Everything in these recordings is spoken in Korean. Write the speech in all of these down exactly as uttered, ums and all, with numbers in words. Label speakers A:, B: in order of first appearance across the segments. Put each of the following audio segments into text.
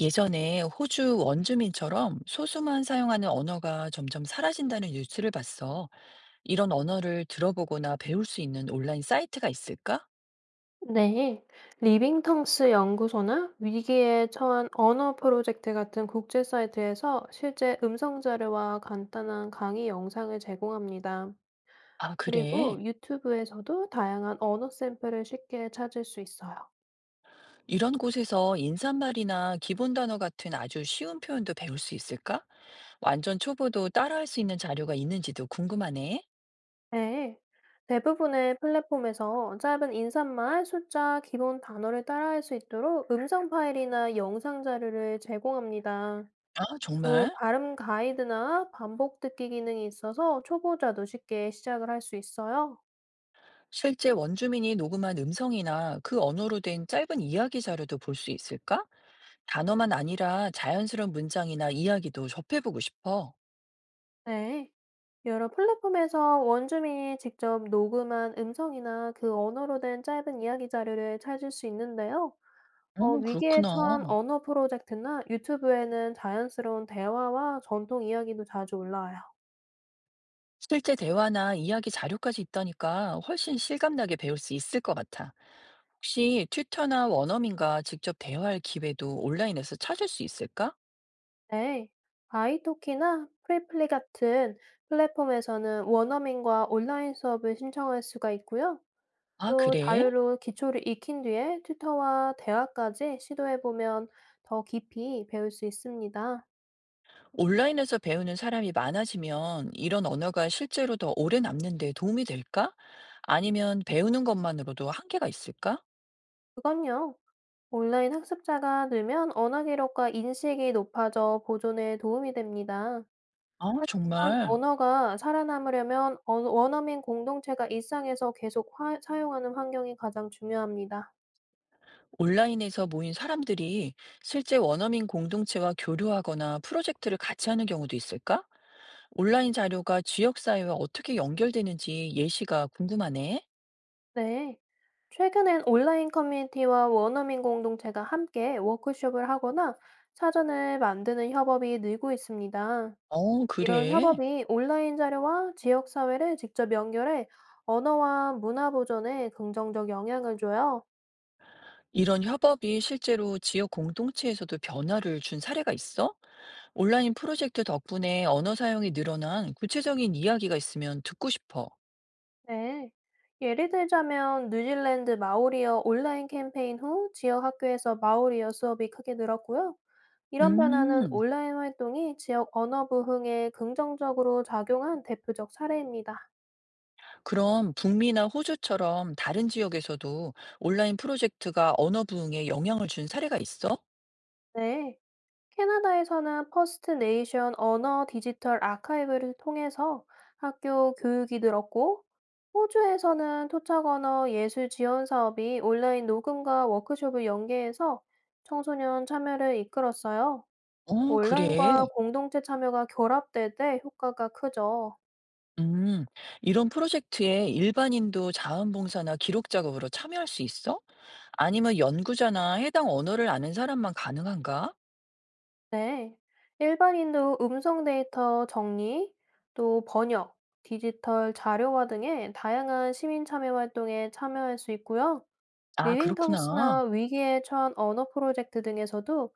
A: 예전에 호주 원주민처럼 소수만 사용하는 언어가 점점 사라진다는 뉴스를 봤어. 이런 언어를 들어보거나 배울 수 있는 온라인 사이트가 있을까?
B: 네, 리빙텅스 연구소나 위기에 처한 언어 프로젝트 같은 국제 사이트에서 실제 음성 자료와 간단한 강의 영상을 제공합니다.
A: 아, 그래.
B: 그리고 유튜브에서도 다양한 언어 샘플을 쉽게 찾을 수 있어요.
A: 이런 곳에서 인사말이나 기본 단어 같은 아주 쉬운 표현도 배울 수 있을까? 완전 초보도 따라할 수 있는 자료가 있는지도 궁금하네.
B: 네, 대부분의 플랫폼에서 짧은 인사말, 숫자, 기본 단어를 따라할 수 있도록 음성 파일이나 영상 자료를 제공합니다.
A: 아,
B: 또
A: 정말?
B: 발음 가이드나 반복 듣기 기능이 있어서 초보자도 쉽게 시작을 할 수 있어요.
A: 실제 원주민이 녹음한 음성이나 그 언어로 된 짧은 이야기 자료도 볼 수 있을까? 단어만 아니라 자연스러운 문장이나 이야기도 접해보고 싶어.
B: 네. 여러 플랫폼에서 원주민이 직접 녹음한 음성이나 그 언어로 된 짧은 이야기 자료를 찾을 수 있는데요.
A: 어,
B: 어, 위기에
A: 그렇구나.
B: 처한 언어 프로젝트나 유튜브에는 자연스러운 대화와 전통 이야기도 자주 올라와요.
A: 실제 대화나 이야기 자료까지 있다니까 훨씬 실감나게 배울 수 있을 것 같아. 혹시 튜터나 원어민과 직접 대화할 기회도 온라인에서 찾을 수 있을까?
B: 네. 아이토키나 프리플리 같은 플랫폼에서는 원어민과 온라인 수업을 신청할 수가 있고요.
A: 아,
B: 또
A: 그래?
B: 자료로 기초를 익힌 뒤에 튜터와 대화까지 시도해 보면 더 깊이 배울 수 있습니다.
A: 온라인에서 배우는 사람이 많아지면 이런 언어가 실제로 더 오래 남는 데 도움이 될까? 아니면 배우는 것만으로도 한계가 있을까?
B: 그건요. 온라인 학습자가 늘면 언어 기록과 인식이 높아져 보존에 도움이 됩니다.
A: 아,
B: 하지만
A: 정말.
B: 언어가 살아남으려면 언- 원어민 공동체가 일상에서 계속 화- 사용하는 환경이 가장 중요합니다.
A: 온라인에서 모인 사람들이 실제 원어민 공동체와 교류하거나 프로젝트를 같이 하는 경우도 있을까? 온라인 자료가 지역사회와 어떻게 연결되는지 예시가 궁금하네.
B: 네. 최근엔 온라인 커뮤니티와 원어민 공동체가 함께 워크숍을 하거나 사전을 만드는 협업이 늘고 있습니다.
A: 어,
B: 이런
A: 그래.
B: 협업이 온라인 자료와 지역 사회를 직접 연결해 언어와 문화 보존에 긍정적 영향을 줘요.
A: 이런 협업이 실제로 지역 공동체에서도 변화를 준 사례가 있어? 온라인 프로젝트 덕분에 언어 사용이 늘어난 구체적인 이야기가 있으면 듣고 싶어.
B: 네. 예를 들자면 뉴질랜드 마오리어 온라인 캠페인 후 지역 학교에서 마오리어 수업이 크게 늘었고요. 이런 변화는
A: 음,
B: 온라인 활동이 지역 언어 부흥에 긍정적으로 작용한 대표적 사례입니다.
A: 그럼 북미나 호주처럼 다른 지역에서도 온라인 프로젝트가 언어 부흥에 영향을 준 사례가 있어?
B: 네. 캐나다에서는 퍼스트 네이션 언어 디지털 아카이브를 통해서 학교 교육이 늘었고, 호주에서는 토착 언어 예술 지원 사업이 온라인 녹음과 워크숍을 연계해서 청소년 참여를 이끌었어요.
A: 어 그래?
B: 온라인과 공동체 참여가 결합될 때 효과가 크죠.
A: 음. 이런 프로젝트에 일반인도 자원봉사나 기록 작업으로 참여할 수 있어? 아니면 연구자나 해당 언어를 아는 사람만 가능한가?
B: 네, 일반인도 음성 데이터 정리, 또 번역, 디지털 자료화 등의 다양한 시민 참여 활동에 참여할 수 있고요.
A: 아, 그렇구나.
B: 리빙텅스나 위기에 처한 언어 프로젝트 등에서도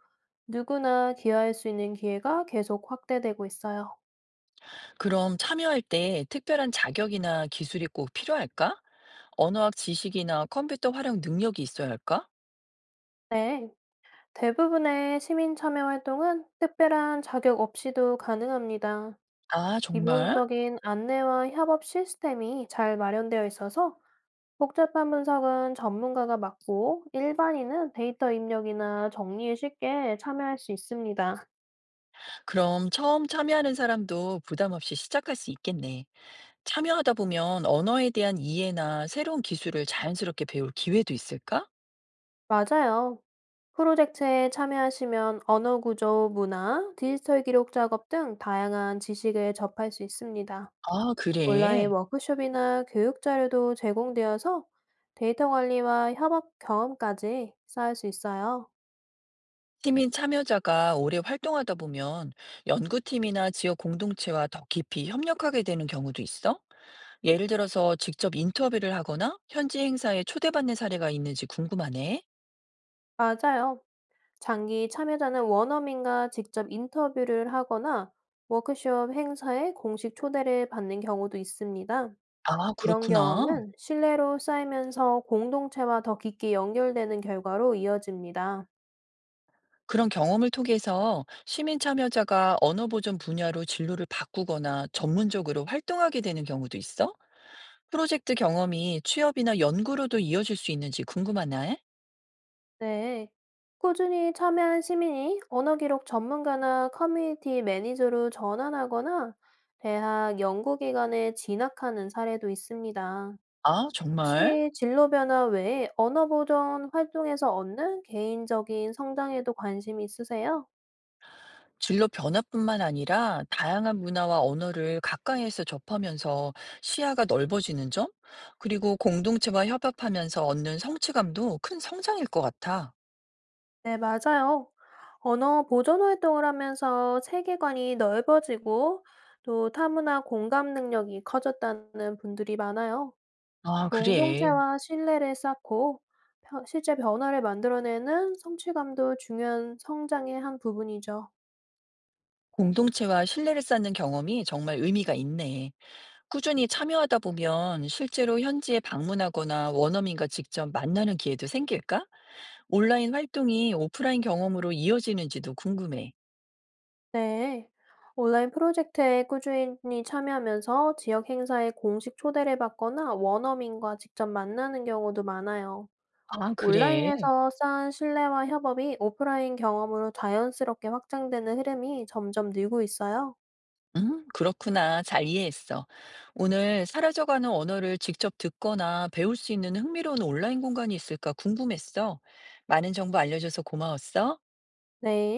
B: 누구나 기여할 수 있는 기회가 계속 확대되고 있어요.
A: 그럼 참여할 때 특별한 자격이나 기술이 꼭 필요할까? 언어학 지식이나 컴퓨터 활용 능력이 있어야 할까?
B: 네, 대부분의 시민 참여 활동은 특별한 자격 없이도 가능합니다.
A: 아, 정말?
B: 기본적인 안내와 협업 시스템이 잘 마련되어 있어서 복잡한 분석은 전문가가 맡고 일반인은 데이터 입력이나 정리에 쉽게 참여할 수 있습니다.
A: 그럼 처음 참여하는 사람도 부담 없이 시작할 수 있겠네. 참여하다 보면 언어에 대한 이해나 새로운 기술을 자연스럽게 배울 기회도 있을까?
B: 맞아요. 프로젝트에 참여하시면 언어 구조, 문화, 디지털 기록 작업 등 다양한 지식을 접할 수 있습니다.
A: 아,
B: 온라인
A: 그래.
B: 워크숍이나 교육 자료도 제공되어서 데이터 관리와 협업 경험까지 쌓을 수 있어요.
A: 시민 참여자가 오래 활동하다 보면 연구팀이나 지역 공동체와 더 깊이 협력하게 되는 경우도 있어? 예를 들어서 직접 인터뷰를 하거나 현지 행사에 초대받는 사례가 있는지 궁금하네.
B: 맞아요. 장기 참여자는 원어민과 직접 인터뷰를 하거나 워크숍 행사에 공식 초대를 받는 경우도 있습니다.
A: 아,
B: 이런
A: 그렇구나.
B: 경험은 신뢰로 쌓이면서 공동체와 더 깊게 연결되는 결과로 이어집니다.
A: 그런 경험을 통해서 시민 참여자가 언어 보존 분야로 진로를 바꾸거나 전문적으로 활동하게 되는 경우도 있어? 프로젝트 경험이 취업이나 연구로도 이어질 수 있는지 궁금하네.
B: 네. 꾸준히 참여한 시민이 언어 기록 전문가나 커뮤니티 매니저로 전환하거나 대학 연구기관에 진학하는 사례도 있습니다.
A: 아, 정말?
B: 혹시 진로 변화 외에 언어 보존 활동에서 얻는 개인적인 성장에도 관심이 있으세요?
A: 진로 변화뿐만 아니라 다양한 문화와 언어를 가까이에서 접하면서 시야가 넓어지는 점, 그리고 공동체와 협업하면서 얻는 성취감도 큰 성장일 것 같아.
B: 네, 맞아요. 언어 보존 활동을 하면서 세계관이 넓어지고 또 타문화 공감 능력이 커졌다는 분들이 많아요.
A: 아, 그래.
B: 공동체와 신뢰를 쌓고 펴- 실제 변화를 만들어내는 성취감도 중요한 성장의 한 부분이죠.
A: 공동체와 신뢰를 쌓는 경험이 정말 의미가 있네. 꾸준히 참여하다 보면 실제로 현지에 방문하거나 원어민과 직접 만나는 기회도 생길까? 온라인 활동이 오프라인 경험으로 이어지는지도 궁금해.
B: 네. 온라인 프로젝트에 꾸준히 참여하면서 지역 행사에 공식 초대를 받거나 원어민과 직접 만나는 경우도 많아요.
A: 아, 그래.
B: 온라인에서 쌓은 신뢰와 협업이 오프라인 경험으로 자연스럽게 확장되는 흐름이 점점 늘고 있어요.
A: 음, 그렇구나. 잘 이해했어. 오늘 사라져가는 언어를 직접 듣거나 배울 수 있는 흥미로운 온라인 공간이 있을까 궁금했어. 많은 정보 알려줘서 고마웠어.
B: 네.